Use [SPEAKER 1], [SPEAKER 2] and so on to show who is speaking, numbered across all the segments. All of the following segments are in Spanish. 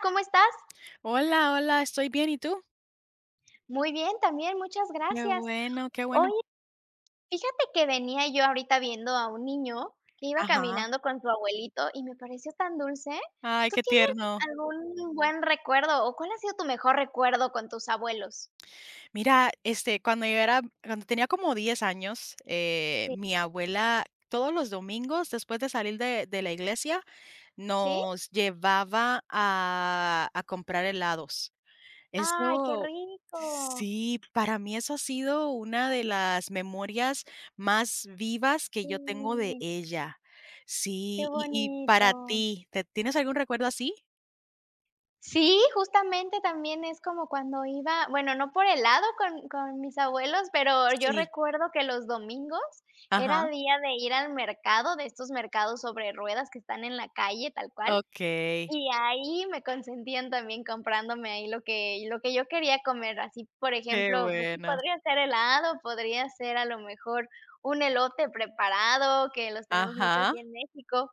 [SPEAKER 1] ¿Cómo estás?
[SPEAKER 2] Hola, hola, estoy bien, ¿y tú?
[SPEAKER 1] Muy bien, también, muchas
[SPEAKER 2] Qué
[SPEAKER 1] gracias.
[SPEAKER 2] bueno, qué bueno.
[SPEAKER 1] Oye, fíjate que venía yo ahorita viendo a un niño que iba
[SPEAKER 2] Ajá.
[SPEAKER 1] caminando con su abuelito y me pareció tan dulce.
[SPEAKER 2] Ay,
[SPEAKER 1] ¿Tú
[SPEAKER 2] qué
[SPEAKER 1] tienes
[SPEAKER 2] tierno.
[SPEAKER 1] algún buen recuerdo o cuál ha sido tu mejor recuerdo con tus abuelos?
[SPEAKER 2] Mira, este, cuando yo era cuando tenía como 10 años,
[SPEAKER 1] Sí.
[SPEAKER 2] mi abuela todos los domingos, después de salir de la iglesia,
[SPEAKER 1] ¿Sí?
[SPEAKER 2] nos llevaba a comprar helados.
[SPEAKER 1] Ay, qué
[SPEAKER 2] Eso
[SPEAKER 1] rico.
[SPEAKER 2] sí, para mí eso ha sido una de las memorias más vivas que yo tengo de
[SPEAKER 1] Sí,
[SPEAKER 2] ella.
[SPEAKER 1] qué
[SPEAKER 2] Sí, y para
[SPEAKER 1] bonito.
[SPEAKER 2] ti, ¿te tienes algún recuerdo así?
[SPEAKER 1] Sí, justamente también es como cuando iba, bueno, no por helado con mis abuelos, pero yo
[SPEAKER 2] Sí,
[SPEAKER 1] recuerdo que los domingos
[SPEAKER 2] ajá.
[SPEAKER 1] era día de ir al mercado, de estos mercados sobre ruedas que están en la calle, tal cual,
[SPEAKER 2] Okey,
[SPEAKER 1] y ahí me consentían también comprándome ahí lo que yo quería comer, así, por
[SPEAKER 2] qué
[SPEAKER 1] ejemplo, pues sí,
[SPEAKER 2] bueno.
[SPEAKER 1] podría ser helado, podría ser a lo mejor un elote preparado, que los tenemos mucho
[SPEAKER 2] Ajá,
[SPEAKER 1] aquí en México,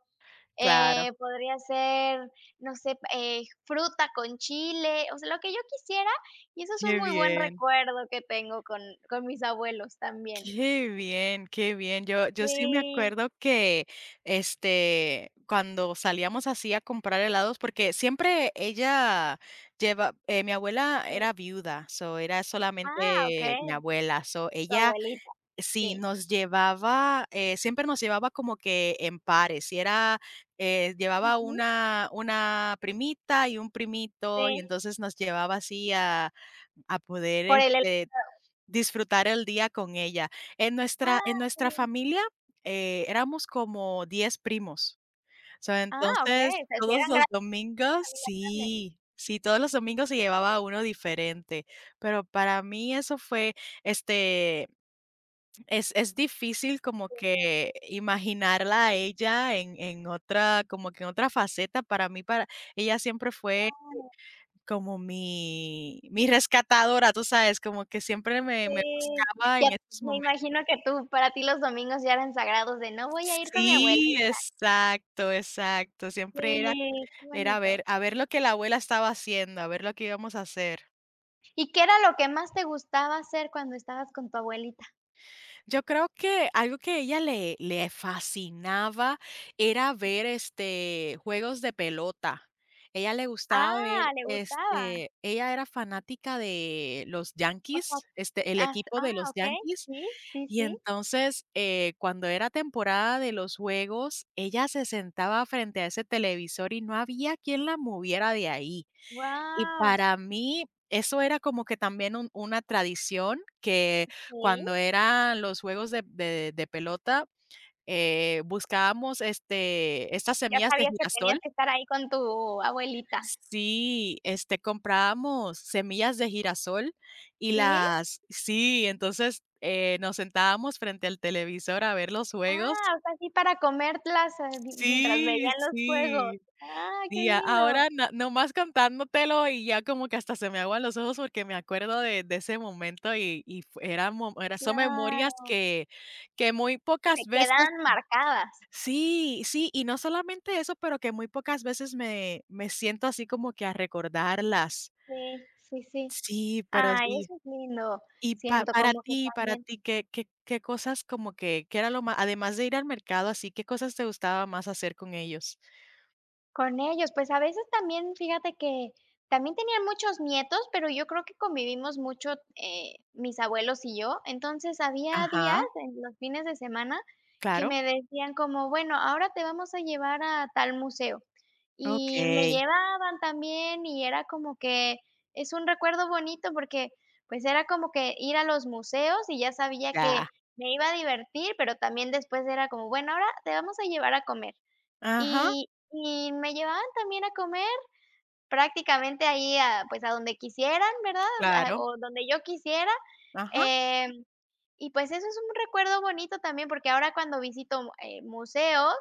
[SPEAKER 2] claro.
[SPEAKER 1] podría ser, no sé, fruta con chile, o sea, lo que yo quisiera, y eso es un
[SPEAKER 2] Qué
[SPEAKER 1] muy buen
[SPEAKER 2] bien,
[SPEAKER 1] recuerdo que tengo con mis abuelos también.
[SPEAKER 2] qué bien, qué bien. Yo sí me
[SPEAKER 1] Sí,
[SPEAKER 2] acuerdo que, este, cuando salíamos así a comprar helados, porque siempre ella lleva mi abuela
[SPEAKER 1] sí.
[SPEAKER 2] era viuda, so, era
[SPEAKER 1] Ah,
[SPEAKER 2] solamente
[SPEAKER 1] okey.
[SPEAKER 2] mi abuela, so,
[SPEAKER 1] Tu
[SPEAKER 2] ella
[SPEAKER 1] abuelita. Sí.
[SPEAKER 2] sí, nos llevaba, siempre nos llevaba como que en pares, si era, llevaba
[SPEAKER 1] Ujú.
[SPEAKER 2] una primita y un
[SPEAKER 1] Sí,
[SPEAKER 2] primito, y entonces nos llevaba así a poder,
[SPEAKER 1] por el hel
[SPEAKER 2] este, disfrutar el día con ella.
[SPEAKER 1] Ah,
[SPEAKER 2] En
[SPEAKER 1] qué
[SPEAKER 2] nuestra
[SPEAKER 1] lindo.
[SPEAKER 2] familia, éramos como 10 primos. O
[SPEAKER 1] Ah,
[SPEAKER 2] entonces,
[SPEAKER 1] okey, o sea, si
[SPEAKER 2] todos
[SPEAKER 1] eran
[SPEAKER 2] los
[SPEAKER 1] grandes
[SPEAKER 2] domingos
[SPEAKER 1] familias grandes.
[SPEAKER 2] sí, sí, todos los domingos se llevaba uno diferente, pero para mí eso fue, este, es difícil como que imaginarla a ella en otra como que en otra faceta, para mí, para ella siempre fue
[SPEAKER 1] Claro,
[SPEAKER 2] como mi rescatadora, tú sabes, como que siempre me
[SPEAKER 1] sí.
[SPEAKER 2] buscaba
[SPEAKER 1] Ya
[SPEAKER 2] en esos
[SPEAKER 1] me
[SPEAKER 2] momentos.
[SPEAKER 1] imagino que tú para ti los domingos ya eran sagrados de: "No voy a ir con mi abuelita".
[SPEAKER 2] Sí, exacto, exacto, siempre era
[SPEAKER 1] Sí, qué
[SPEAKER 2] era
[SPEAKER 1] bonito.
[SPEAKER 2] ver a ver lo que la abuela estaba haciendo, a ver lo que íbamos a hacer.
[SPEAKER 1] ¿Y qué era lo que más te gustaba hacer cuando estabas con tu abuelita?
[SPEAKER 2] Yo creo que algo que ella le fascinaba era ver, este, juegos de pelota. Ella le gustaba
[SPEAKER 1] Ah,
[SPEAKER 2] ver,
[SPEAKER 1] le gustaba.
[SPEAKER 2] este, ella era fanática de los
[SPEAKER 1] O sea,
[SPEAKER 2] Yankees, este, el
[SPEAKER 1] As
[SPEAKER 2] equipo de
[SPEAKER 1] ah,
[SPEAKER 2] los
[SPEAKER 1] okey.
[SPEAKER 2] Yankees,
[SPEAKER 1] Sí, sí,
[SPEAKER 2] y
[SPEAKER 1] sí.
[SPEAKER 2] entonces, cuando era temporada de los juegos, ella se sentaba frente a ese televisor y no había quien la moviera de ahí. Y
[SPEAKER 1] Guau.
[SPEAKER 2] para mí, eso era como que también un una tradición que
[SPEAKER 1] Sí,
[SPEAKER 2] cuando eran los juegos de pelota, buscábamos, este, estas
[SPEAKER 1] ya
[SPEAKER 2] semillas de
[SPEAKER 1] sabías que tenías
[SPEAKER 2] girasol.
[SPEAKER 1] que estar ahí con tu abuelita.
[SPEAKER 2] Sí, este, comprábamos semillas de girasol y
[SPEAKER 1] ¿Sí?
[SPEAKER 2] las sí, entonces, nos sentábamos frente al televisor a ver los juegos.
[SPEAKER 1] Ah, o sea, sí para comerlas, di mientras
[SPEAKER 2] Sí,
[SPEAKER 1] veían los juegos.
[SPEAKER 2] sí.
[SPEAKER 1] Ah, qué
[SPEAKER 2] Y a
[SPEAKER 1] lindo.
[SPEAKER 2] ahora no nomás contándotelo y ya como que hasta se me aguan los ojos porque me acuerdo de ese momento y fu era mo era son memorias
[SPEAKER 1] Claro,
[SPEAKER 2] que muy
[SPEAKER 1] se
[SPEAKER 2] pocas veces
[SPEAKER 1] quedan marcadas.
[SPEAKER 2] sí, sí, y no solamente eso, pero que muy pocas veces me siento así como que a recordarlas.
[SPEAKER 1] Sí, sí, sí.
[SPEAKER 2] Sí, pero
[SPEAKER 1] Ay,
[SPEAKER 2] sí.
[SPEAKER 1] eso es lindo.
[SPEAKER 2] Y pa
[SPEAKER 1] Siento como que
[SPEAKER 2] para
[SPEAKER 1] también
[SPEAKER 2] ti, qué cosas como que qué era lo más además de ir al mercado así, qué cosas te gustaba más hacer con ellos?
[SPEAKER 1] con ellos, pues, a veces también, fíjate que también tenía muchos nietos, pero yo creo que convivimos mucho, mis abuelos y yo. Entonces, había días
[SPEAKER 2] Ajá,
[SPEAKER 1] en los fines de semana que
[SPEAKER 2] claro.
[SPEAKER 1] me decían como: "Bueno, ahora te vamos a llevar a tal museo". Y me
[SPEAKER 2] Okey,
[SPEAKER 1] llevaban también, y era como que es un recuerdo bonito porque, pues, era como que ir a los museos y ya sabía que
[SPEAKER 2] ya.
[SPEAKER 1] me iba a divertir, pero también después era como: "Bueno, ahora te vamos a llevar a comer".
[SPEAKER 2] Ajá,
[SPEAKER 1] Y y me llevaban también a comer prácticamente ahí a, pues, a donde quisieran, ¿verdad? A
[SPEAKER 2] claro,
[SPEAKER 1] o donde yo quisiera,
[SPEAKER 2] ajá,
[SPEAKER 1] em, y pues eso es un recuerdo bonito también, porque ahora cuando visito, museos,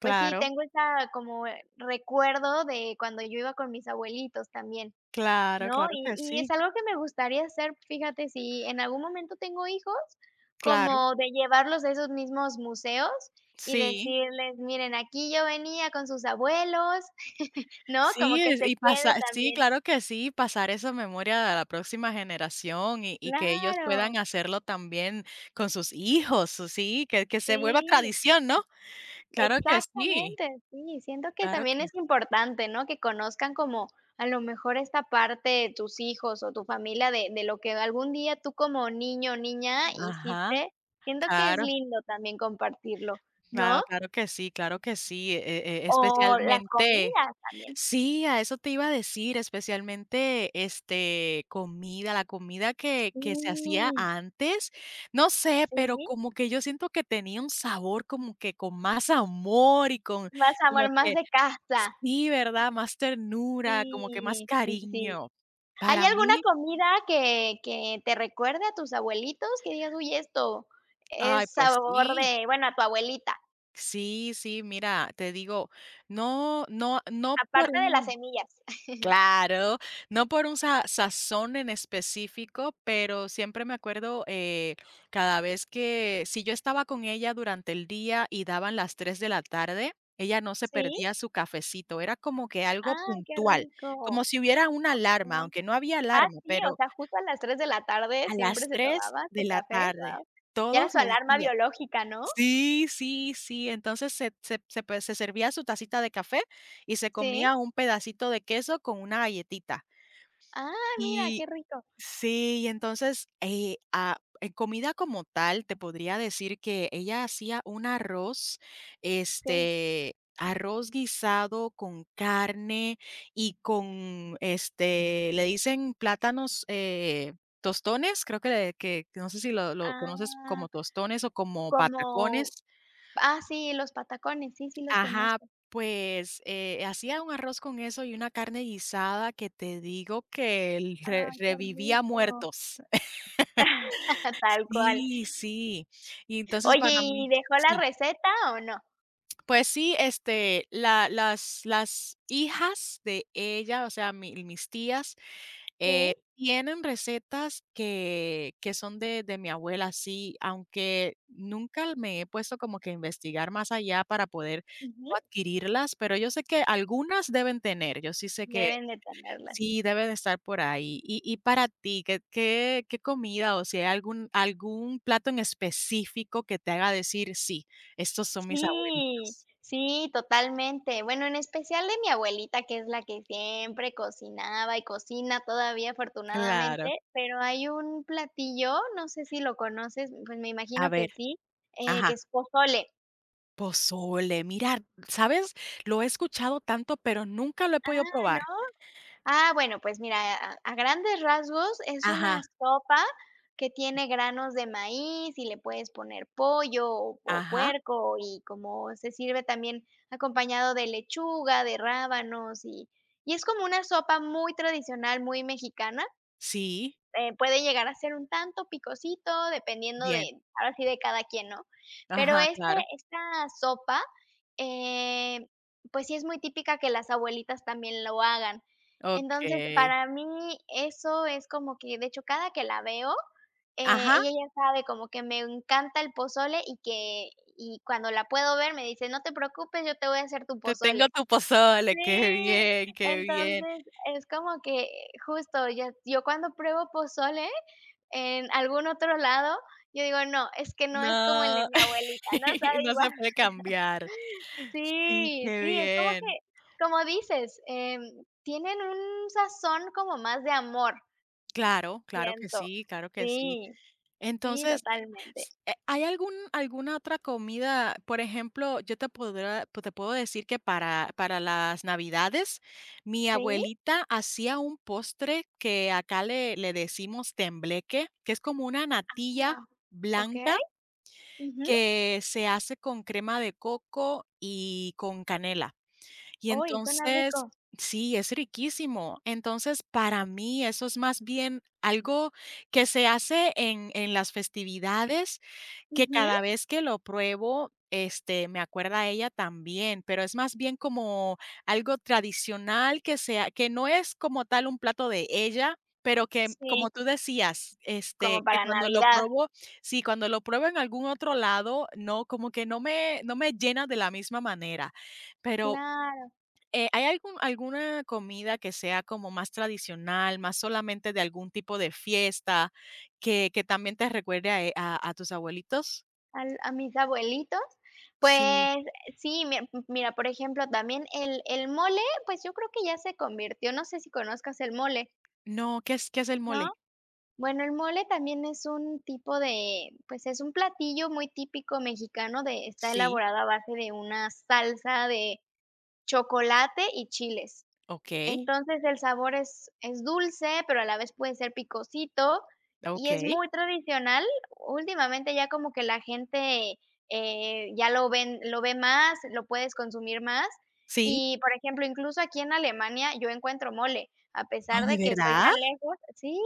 [SPEAKER 1] pues sí, tengo esa como recuerdo de cuando yo iba con mis abuelitos también.
[SPEAKER 2] claro,
[SPEAKER 1] No,
[SPEAKER 2] claro
[SPEAKER 1] y
[SPEAKER 2] que
[SPEAKER 1] y es
[SPEAKER 2] sí,
[SPEAKER 1] algo que me gustaría hacer, fíjate, si en algún momento tengo hijos,
[SPEAKER 2] claro,
[SPEAKER 1] como de llevarlos a esos mismos museos y
[SPEAKER 2] sí,
[SPEAKER 1] decirles: "Miren, aquí yo venía con sus abuelos", ¿no?
[SPEAKER 2] sí,
[SPEAKER 1] Como que
[SPEAKER 2] es
[SPEAKER 1] se
[SPEAKER 2] y
[SPEAKER 1] quede
[SPEAKER 2] pasar, sí,
[SPEAKER 1] también.
[SPEAKER 2] claro que sí, pasar esa memoria a la próxima generación y que ellos
[SPEAKER 1] Claro,
[SPEAKER 2] puedan hacerlo también con sus hijos, sí, que se vuelva
[SPEAKER 1] sí.
[SPEAKER 2] tradición, ¿no? Claro que sí,
[SPEAKER 1] Exactamente, sí, siento que
[SPEAKER 2] claro
[SPEAKER 1] también
[SPEAKER 2] que
[SPEAKER 1] es importante, ¿no? Que conozcan como a lo mejor esta parte de tus hijos o tu familia de lo que algún día tú como niño o niña
[SPEAKER 2] ajá,
[SPEAKER 1] hiciste. Siento que es
[SPEAKER 2] claro,
[SPEAKER 1] lindo también compartirlo, ¿no?
[SPEAKER 2] claro, claro que sí, e,
[SPEAKER 1] O las
[SPEAKER 2] especialmente
[SPEAKER 1] comidas también.
[SPEAKER 2] sí, a eso te iba a decir, especialmente, este, comida, la comida que se hacía
[SPEAKER 1] Sí,
[SPEAKER 2] antes, no sé, pero
[SPEAKER 1] sí,
[SPEAKER 2] como que yo siento que tenía un sabor como que con más amor y con
[SPEAKER 1] más
[SPEAKER 2] como
[SPEAKER 1] amor, más
[SPEAKER 2] que
[SPEAKER 1] de casa.
[SPEAKER 2] sí, ¿verdad? Más ternura, como que más
[SPEAKER 1] Sí, sí, sí.
[SPEAKER 2] cariño.
[SPEAKER 1] ¿Hay
[SPEAKER 2] Para
[SPEAKER 1] alguna
[SPEAKER 2] mí,
[SPEAKER 1] comida que te recuerde a tus abuelitos? Que digas: "Uy, esto
[SPEAKER 2] ay,
[SPEAKER 1] es
[SPEAKER 2] pues
[SPEAKER 1] sabor
[SPEAKER 2] sí,
[SPEAKER 1] de bueno, a tu abuelita",
[SPEAKER 2] sí, sí, mira, te digo, no por
[SPEAKER 1] aparte de las
[SPEAKER 2] un
[SPEAKER 1] semillas.
[SPEAKER 2] Claro, no por un sa sazón en específico, pero siempre me acuerdo, cada vez que, si yo estaba con ella durante el día y daban las 3 de la tarde, ella no se
[SPEAKER 1] ¿Sí?
[SPEAKER 2] perdía su cafecito, era como que algo
[SPEAKER 1] Ah, qué
[SPEAKER 2] puntual, como
[SPEAKER 1] rico.
[SPEAKER 2] si hubiera una alarma,
[SPEAKER 1] Okey.
[SPEAKER 2] aunque no había
[SPEAKER 1] Ah,
[SPEAKER 2] alarma,
[SPEAKER 1] sí, o
[SPEAKER 2] pero
[SPEAKER 1] sea, justo a las 3 de la tarde
[SPEAKER 2] a
[SPEAKER 1] siempre
[SPEAKER 2] las
[SPEAKER 1] se
[SPEAKER 2] 3
[SPEAKER 1] tomaba
[SPEAKER 2] de
[SPEAKER 1] su
[SPEAKER 2] la
[SPEAKER 1] café,
[SPEAKER 2] tarde,
[SPEAKER 1] wow. Ya era
[SPEAKER 2] todos
[SPEAKER 1] su
[SPEAKER 2] los
[SPEAKER 1] alarma
[SPEAKER 2] días.
[SPEAKER 1] biológica, ¿no?
[SPEAKER 2] Sí, sí, sí, entonces se se se pues, se servía su tacita de café y se
[SPEAKER 1] Sí.
[SPEAKER 2] comía un pedacito de queso con una galletita,
[SPEAKER 1] Ah, mira, qué
[SPEAKER 2] y
[SPEAKER 1] rico.
[SPEAKER 2] sí, y entonces, en comida como tal, te podría decir que ella hacía un arroz,
[SPEAKER 1] Sí.
[SPEAKER 2] este, arroz guisado con carne y con, este, le dicen plátanos, tostones, creo que le que no sé si lo conoces
[SPEAKER 1] Ah,
[SPEAKER 2] como tostones o como
[SPEAKER 1] como
[SPEAKER 2] patacones.
[SPEAKER 1] ah, sí, los patacones, sí, sí los
[SPEAKER 2] Ajá,
[SPEAKER 1] conozco.
[SPEAKER 2] pues, hacía un arroz con eso y una carne guisada que te digo que el re
[SPEAKER 1] Ay, qué
[SPEAKER 2] revivía
[SPEAKER 1] rico.
[SPEAKER 2] muertos.
[SPEAKER 1] Tal cual.
[SPEAKER 2] Sí, sí. Y entonces
[SPEAKER 1] Oye,
[SPEAKER 2] para
[SPEAKER 1] ¿y
[SPEAKER 2] mí
[SPEAKER 1] dejó la
[SPEAKER 2] sí.
[SPEAKER 1] receta o no?
[SPEAKER 2] Pues sí, este, la las hijas de ella, o sea, mi mis tías,
[SPEAKER 1] Sí.
[SPEAKER 2] tienen recetas que son de mi abuela, sí, aunque nunca me he puesto como que a investigar más allá para poder
[SPEAKER 1] Ujú,
[SPEAKER 2] yo adquirirlas, pero yo sé que algunas deben tener, yo sí sé que
[SPEAKER 1] deben de tenerlas.
[SPEAKER 2] sí, debe de estar por ahí. Y para ti, qué comida, o si hay algún plato en específico que te haga decir: "Sí, estos son mis
[SPEAKER 1] Sí,
[SPEAKER 2] abuelitos"?
[SPEAKER 1] sí, totalmente. Bueno, en especial de mi abuelita, que es la que siempre cocinaba y cocina todavía,
[SPEAKER 2] Claro.
[SPEAKER 1] afortunadamente, pero hay un platillo, no sé si lo conoces, pues me imagino
[SPEAKER 2] A
[SPEAKER 1] que
[SPEAKER 2] ver,
[SPEAKER 1] sí, que
[SPEAKER 2] ajá,
[SPEAKER 1] es pozole.
[SPEAKER 2] pozole. Mira, ¿sabes? Lo he escuchado tanto, pero nunca lo he podido
[SPEAKER 1] Ah,
[SPEAKER 2] probar.
[SPEAKER 1] no. Ah, bueno, pues mira, a grandes rasgos es una
[SPEAKER 2] Ajá,
[SPEAKER 1] sopa que tiene granos de maíz y le puedes poner pollo o
[SPEAKER 2] ajá,
[SPEAKER 1] puerco y como se sirve también acompañado de lechuga, de rábanos y es como una sopa muy tradicional, muy mexicana.
[SPEAKER 2] sí,
[SPEAKER 1] Puede llegar a ser un tanto picosito, dependiendo
[SPEAKER 2] bien.
[SPEAKER 1] de, ahora sí, de cada quien, ¿no? Pero
[SPEAKER 2] Ajá,
[SPEAKER 1] este
[SPEAKER 2] claro.
[SPEAKER 1] esta sopa, eh, pues sí es muy típica que las abuelitas también lo hagan. Entonces,
[SPEAKER 2] Okey.
[SPEAKER 1] para mí eso es como que, de hecho, cada que la veo,
[SPEAKER 2] Ajá,
[SPEAKER 1] ella ya sabe como que me encanta el pozole y que y cuando la puedo ver me dice: "No te preocupes, yo te voy a hacer tu
[SPEAKER 2] te tengo
[SPEAKER 1] pozole".
[SPEAKER 2] tu pozole, qué
[SPEAKER 1] Sí,
[SPEAKER 2] bien, qué bien.
[SPEAKER 1] entonces es como que justo yo cuando pruebo pozole en algún otro lado, yo digo: "No, es que no es como el de
[SPEAKER 2] No,
[SPEAKER 1] mi abuelita, no sabe
[SPEAKER 2] no
[SPEAKER 1] igual".
[SPEAKER 2] se puede cambiar. Sí,
[SPEAKER 1] Sí,
[SPEAKER 2] qué
[SPEAKER 1] sí, es como
[SPEAKER 2] bien.
[SPEAKER 1] que, como dices, tienen un sazón como más de amor,
[SPEAKER 2] Claro, claro que
[SPEAKER 1] siento.
[SPEAKER 2] sí, claro que sí.
[SPEAKER 1] Sí, sí,
[SPEAKER 2] Entonces,
[SPEAKER 1] totalmente.
[SPEAKER 2] s ¿hay algún alguna otra comida? Por ejemplo, yo te puedo decir que para las Navidades, mi
[SPEAKER 1] Sí,
[SPEAKER 2] abuelita hacía un postre que acá le decimos tembleque, que es como una
[SPEAKER 1] ah,
[SPEAKER 2] natilla
[SPEAKER 1] okey.
[SPEAKER 2] blanca
[SPEAKER 1] Ujú.
[SPEAKER 2] que se hace con crema de coco y con canela. Y
[SPEAKER 1] Uy, suena
[SPEAKER 2] entonces,
[SPEAKER 1] rico.
[SPEAKER 2] sí, es riquísimo. Entonces, para mí eso es más bien algo que se hace en las festividades, que
[SPEAKER 1] Ujú.
[SPEAKER 2] cada vez que lo pruebo, este, me acuerda a ella también, pero es más bien como algo tradicional que sea, que no es como tal un plato de ella, pero que,
[SPEAKER 1] Sí,
[SPEAKER 2] como tú decías,
[SPEAKER 1] como
[SPEAKER 2] este, que
[SPEAKER 1] para
[SPEAKER 2] cuando lo
[SPEAKER 1] Navidad.
[SPEAKER 2] pruebo sí, cuando lo pruebo en algún otro lado, no, como que no me llena de la misma manera. Pero
[SPEAKER 1] Claro.
[SPEAKER 2] ¿hay algún alguna comida que sea como más tradicional, más solamente de algún tipo de fiesta, que también te recuerde a, a tus abuelitos?
[SPEAKER 1] Al a mis abuelitos,
[SPEAKER 2] Sí.
[SPEAKER 1] pues sí, mi mira, por ejemplo, también el mole, pues yo creo que ya se convirtió, no sé si conozcas el mole.
[SPEAKER 2] No, qué es el
[SPEAKER 1] No.
[SPEAKER 2] mole?
[SPEAKER 1] Bueno, el mole también es un tipo de, pues es un platillo muy típico mexicano de está
[SPEAKER 2] Sí,
[SPEAKER 1] elaborado a base de una salsa de chocolate y chiles.
[SPEAKER 2] okey,
[SPEAKER 1] Entonces, el sabor es dulce, pero a la vez puede ser picosito, y es
[SPEAKER 2] okey.
[SPEAKER 1] muy tradicional. Últimamente ya como que la gente, ya lo ven lo ve más, lo puedes consumir más.
[SPEAKER 2] Sí.
[SPEAKER 1] Y, por ejemplo, incluso aquí en Alemania yo encuentro mole, a
[SPEAKER 2] Oh,
[SPEAKER 1] pesar
[SPEAKER 2] ¿de
[SPEAKER 1] de que estoy
[SPEAKER 2] verdad?
[SPEAKER 1] tan lejos sí,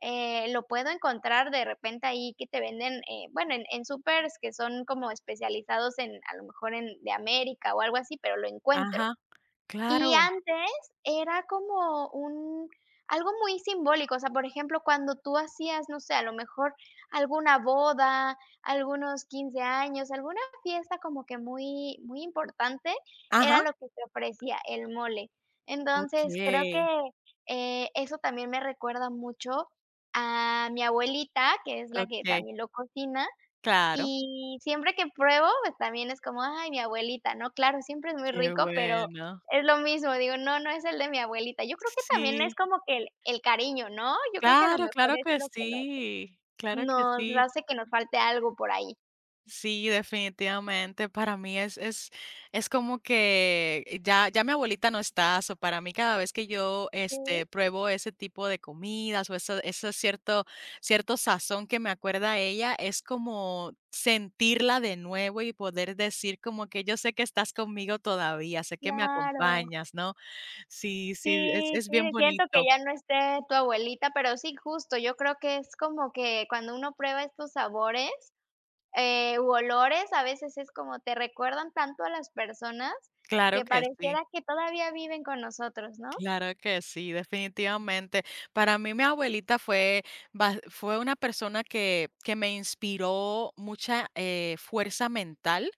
[SPEAKER 1] lo puedo encontrar de repente ahí que te venden, bueno, en súpers que son como especializados en, a lo mejor en de América o algo así, pero lo encuentro.
[SPEAKER 2] Ajá,
[SPEAKER 1] Y
[SPEAKER 2] claro.
[SPEAKER 1] antes era como un algo muy simbólico, o sea, por ejemplo, cuando tú hacías, no sé, a lo mejor alguna boda, algunos 15 años, alguna fiesta como que muy muy importante,
[SPEAKER 2] Ajá.
[SPEAKER 1] era lo que te ofrecía el mole. Entonces, creo
[SPEAKER 2] Okey,
[SPEAKER 1] que, eso también me recuerda mucho a mi abuelita, que es la que
[SPEAKER 2] okey,
[SPEAKER 1] también lo cocina,
[SPEAKER 2] claro.
[SPEAKER 1] y siempre que pruebo, pues, también es como: "Ay, mi abuelita", ¿no? Claro, siempre es muy
[SPEAKER 2] Qué
[SPEAKER 1] rico, pero
[SPEAKER 2] bueno.
[SPEAKER 1] es lo mismo, digo: "No, no es el de mi abuelita". Yo creo que también es
[SPEAKER 2] Sí.
[SPEAKER 1] como que el cariño, ¿no? Yo creo que a lo
[SPEAKER 2] Claro,
[SPEAKER 1] mejor
[SPEAKER 2] claro
[SPEAKER 1] es
[SPEAKER 2] que
[SPEAKER 1] lo que nos
[SPEAKER 2] sí, claro que
[SPEAKER 1] nos
[SPEAKER 2] sí.
[SPEAKER 1] hace que nos falte algo por ahí.
[SPEAKER 2] Sí, definitivamente. Para mí es como que ya, ya mi abuelita no está, so para mí cada vez que yo,
[SPEAKER 1] Sí,
[SPEAKER 2] este, pruebo ese tipo de comidas o eso, cierto sazón que me acuerda a ella, es como sentirla de nuevo y poder decir como que yo sé que estás conmigo todavía, sé que me
[SPEAKER 1] claro.
[SPEAKER 2] acompañas, ¿no? Sí, sí,
[SPEAKER 1] Sí,
[SPEAKER 2] es
[SPEAKER 1] sí,
[SPEAKER 2] bien
[SPEAKER 1] siento que
[SPEAKER 2] bonito.
[SPEAKER 1] ya no esté tu abuelita, pero sí, justo, yo creo que es como que cuando uno prueba estos sabores, u olores, a veces es como te recuerdan tanto a las personas
[SPEAKER 2] Claro
[SPEAKER 1] que
[SPEAKER 2] que sí.
[SPEAKER 1] pareciera que todavía viven con nosotros, ¿no?
[SPEAKER 2] Claro que sí, definitivamente. Para mí mi abuelita fue, fue una persona que me inspiró mucha, fuerza mental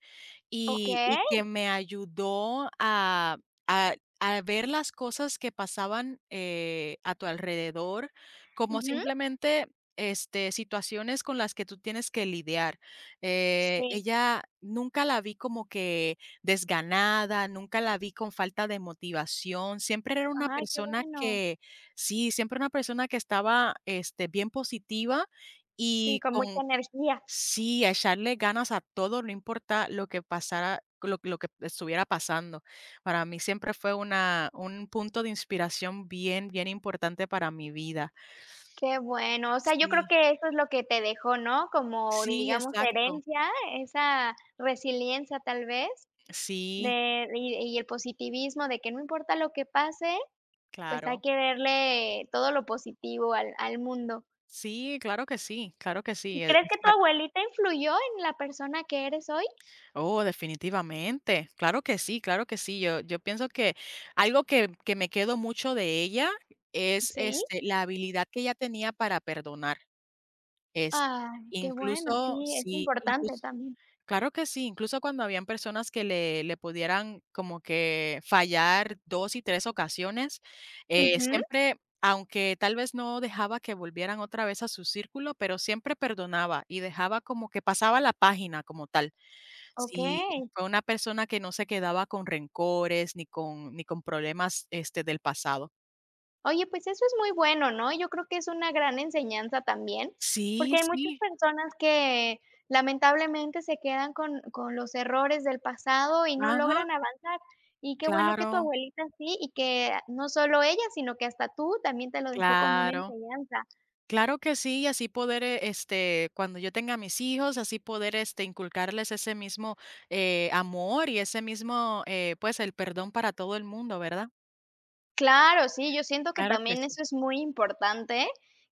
[SPEAKER 2] y
[SPEAKER 1] Okey,
[SPEAKER 2] que me ayudó a a ver las cosas que pasaban, a tu alrededor, como
[SPEAKER 1] ujú,
[SPEAKER 2] simplemente, este, situaciones con las que tú tienes que lidiar.
[SPEAKER 1] sí.
[SPEAKER 2] Ella nunca la vi como que desganada, nunca la vi con falta de motivación, siempre era una
[SPEAKER 1] Ay, qué
[SPEAKER 2] persona
[SPEAKER 1] bueno.
[SPEAKER 2] que sí, siempre una persona que estaba, este, bien positiva
[SPEAKER 1] Sí,
[SPEAKER 2] y
[SPEAKER 1] con
[SPEAKER 2] con
[SPEAKER 1] mucha energía.
[SPEAKER 2] sí, a echarle ganas a todo, no importa lo que pasara, lo que estuviera pasando. Para mí siempre fue una un punto de inspiración bien, bien importante para mi vida.
[SPEAKER 1] Qué bueno. O sea, yo creo
[SPEAKER 2] Sí,
[SPEAKER 1] que eso es lo que te dejó, ¿no? Como,
[SPEAKER 2] sí,
[SPEAKER 1] digamos,
[SPEAKER 2] exacto.
[SPEAKER 1] herencia, esa resiliencia, tal vez,
[SPEAKER 2] Sí,
[SPEAKER 1] de y el positivismo de que no importa lo que pase, pues hay
[SPEAKER 2] claro.
[SPEAKER 1] que verle todo lo positivo al al mundo.
[SPEAKER 2] Sí, claro que sí, claro que
[SPEAKER 1] ¿Y
[SPEAKER 2] sí,
[SPEAKER 1] crees que
[SPEAKER 2] es
[SPEAKER 1] tu
[SPEAKER 2] par
[SPEAKER 1] abuelita influyó en la persona que eres hoy?
[SPEAKER 2] oh, definitivamente. Claro que sí, claro que sí. Yo pienso que algo que me quedo mucho de ella es,
[SPEAKER 1] ¿Sí?
[SPEAKER 2] este, la habilidad que ella tenía para perdonar. Es
[SPEAKER 1] Ay, qué bueno,
[SPEAKER 2] incluso
[SPEAKER 1] sí, es
[SPEAKER 2] sí,
[SPEAKER 1] importante
[SPEAKER 2] incluso
[SPEAKER 1] también.
[SPEAKER 2] claro que sí, incluso cuando habían personas que le pudieran como que fallar 2 y 3 ocasiones,
[SPEAKER 1] Ujú,
[SPEAKER 2] siempre, aunque tal vez no dejaba que volvieran otra vez a su círculo, pero siempre perdonaba y dejaba como que pasaba la página como tal. Sí,
[SPEAKER 1] okey.
[SPEAKER 2] fue una persona que no se quedaba con rencores ni con problemas, este, del pasado.
[SPEAKER 1] Oye, pues eso es muy bueno, ¿no? Yo creo que es una gran enseñanza también,
[SPEAKER 2] Sí,
[SPEAKER 1] porque hay muchas
[SPEAKER 2] sí,
[SPEAKER 1] personas que lamentablemente se quedan con los errores del pasado y no
[SPEAKER 2] ajá,
[SPEAKER 1] logran avanzar. Y qué bueno que tu
[SPEAKER 2] claro,
[SPEAKER 1] abuelita sí, y que no solo ella, sino que hasta tú también te lo dejó como una
[SPEAKER 2] claro.
[SPEAKER 1] enseñanza.
[SPEAKER 2] Claro que sí, y así poder, este, cuando yo tenga mis hijos, así poder, este, inculcarles ese mismo, amor y ese mismo, pues, el perdón para todo el mundo, ¿verdad?
[SPEAKER 1] Claro, sí, yo siento que
[SPEAKER 2] Claro que
[SPEAKER 1] también
[SPEAKER 2] sí.
[SPEAKER 1] eso es muy importante,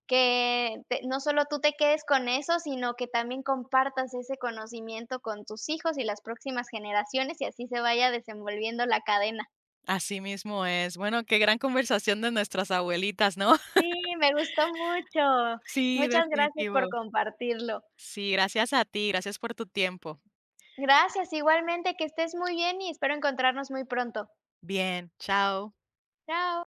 [SPEAKER 1] que te no solo tú te quedes con eso, sino que también compartas ese conocimiento con tus hijos y las próximas generaciones, y así se vaya desenvolviendo la cadena.
[SPEAKER 2] Así mismo es. Bueno, qué gran conversación de nuestras abuelitas, ¿no?
[SPEAKER 1] Sí, me gustó mucho.
[SPEAKER 2] Sí,
[SPEAKER 1] Muchas gracias por
[SPEAKER 2] definitivo.
[SPEAKER 1] compartirlo.
[SPEAKER 2] Sí, gracias a ti, gracias por tu tiempo.
[SPEAKER 1] Gracias, igualmente, que estés muy bien y espero encontrarnos muy pronto.
[SPEAKER 2] Bien, chao.
[SPEAKER 1] Chao.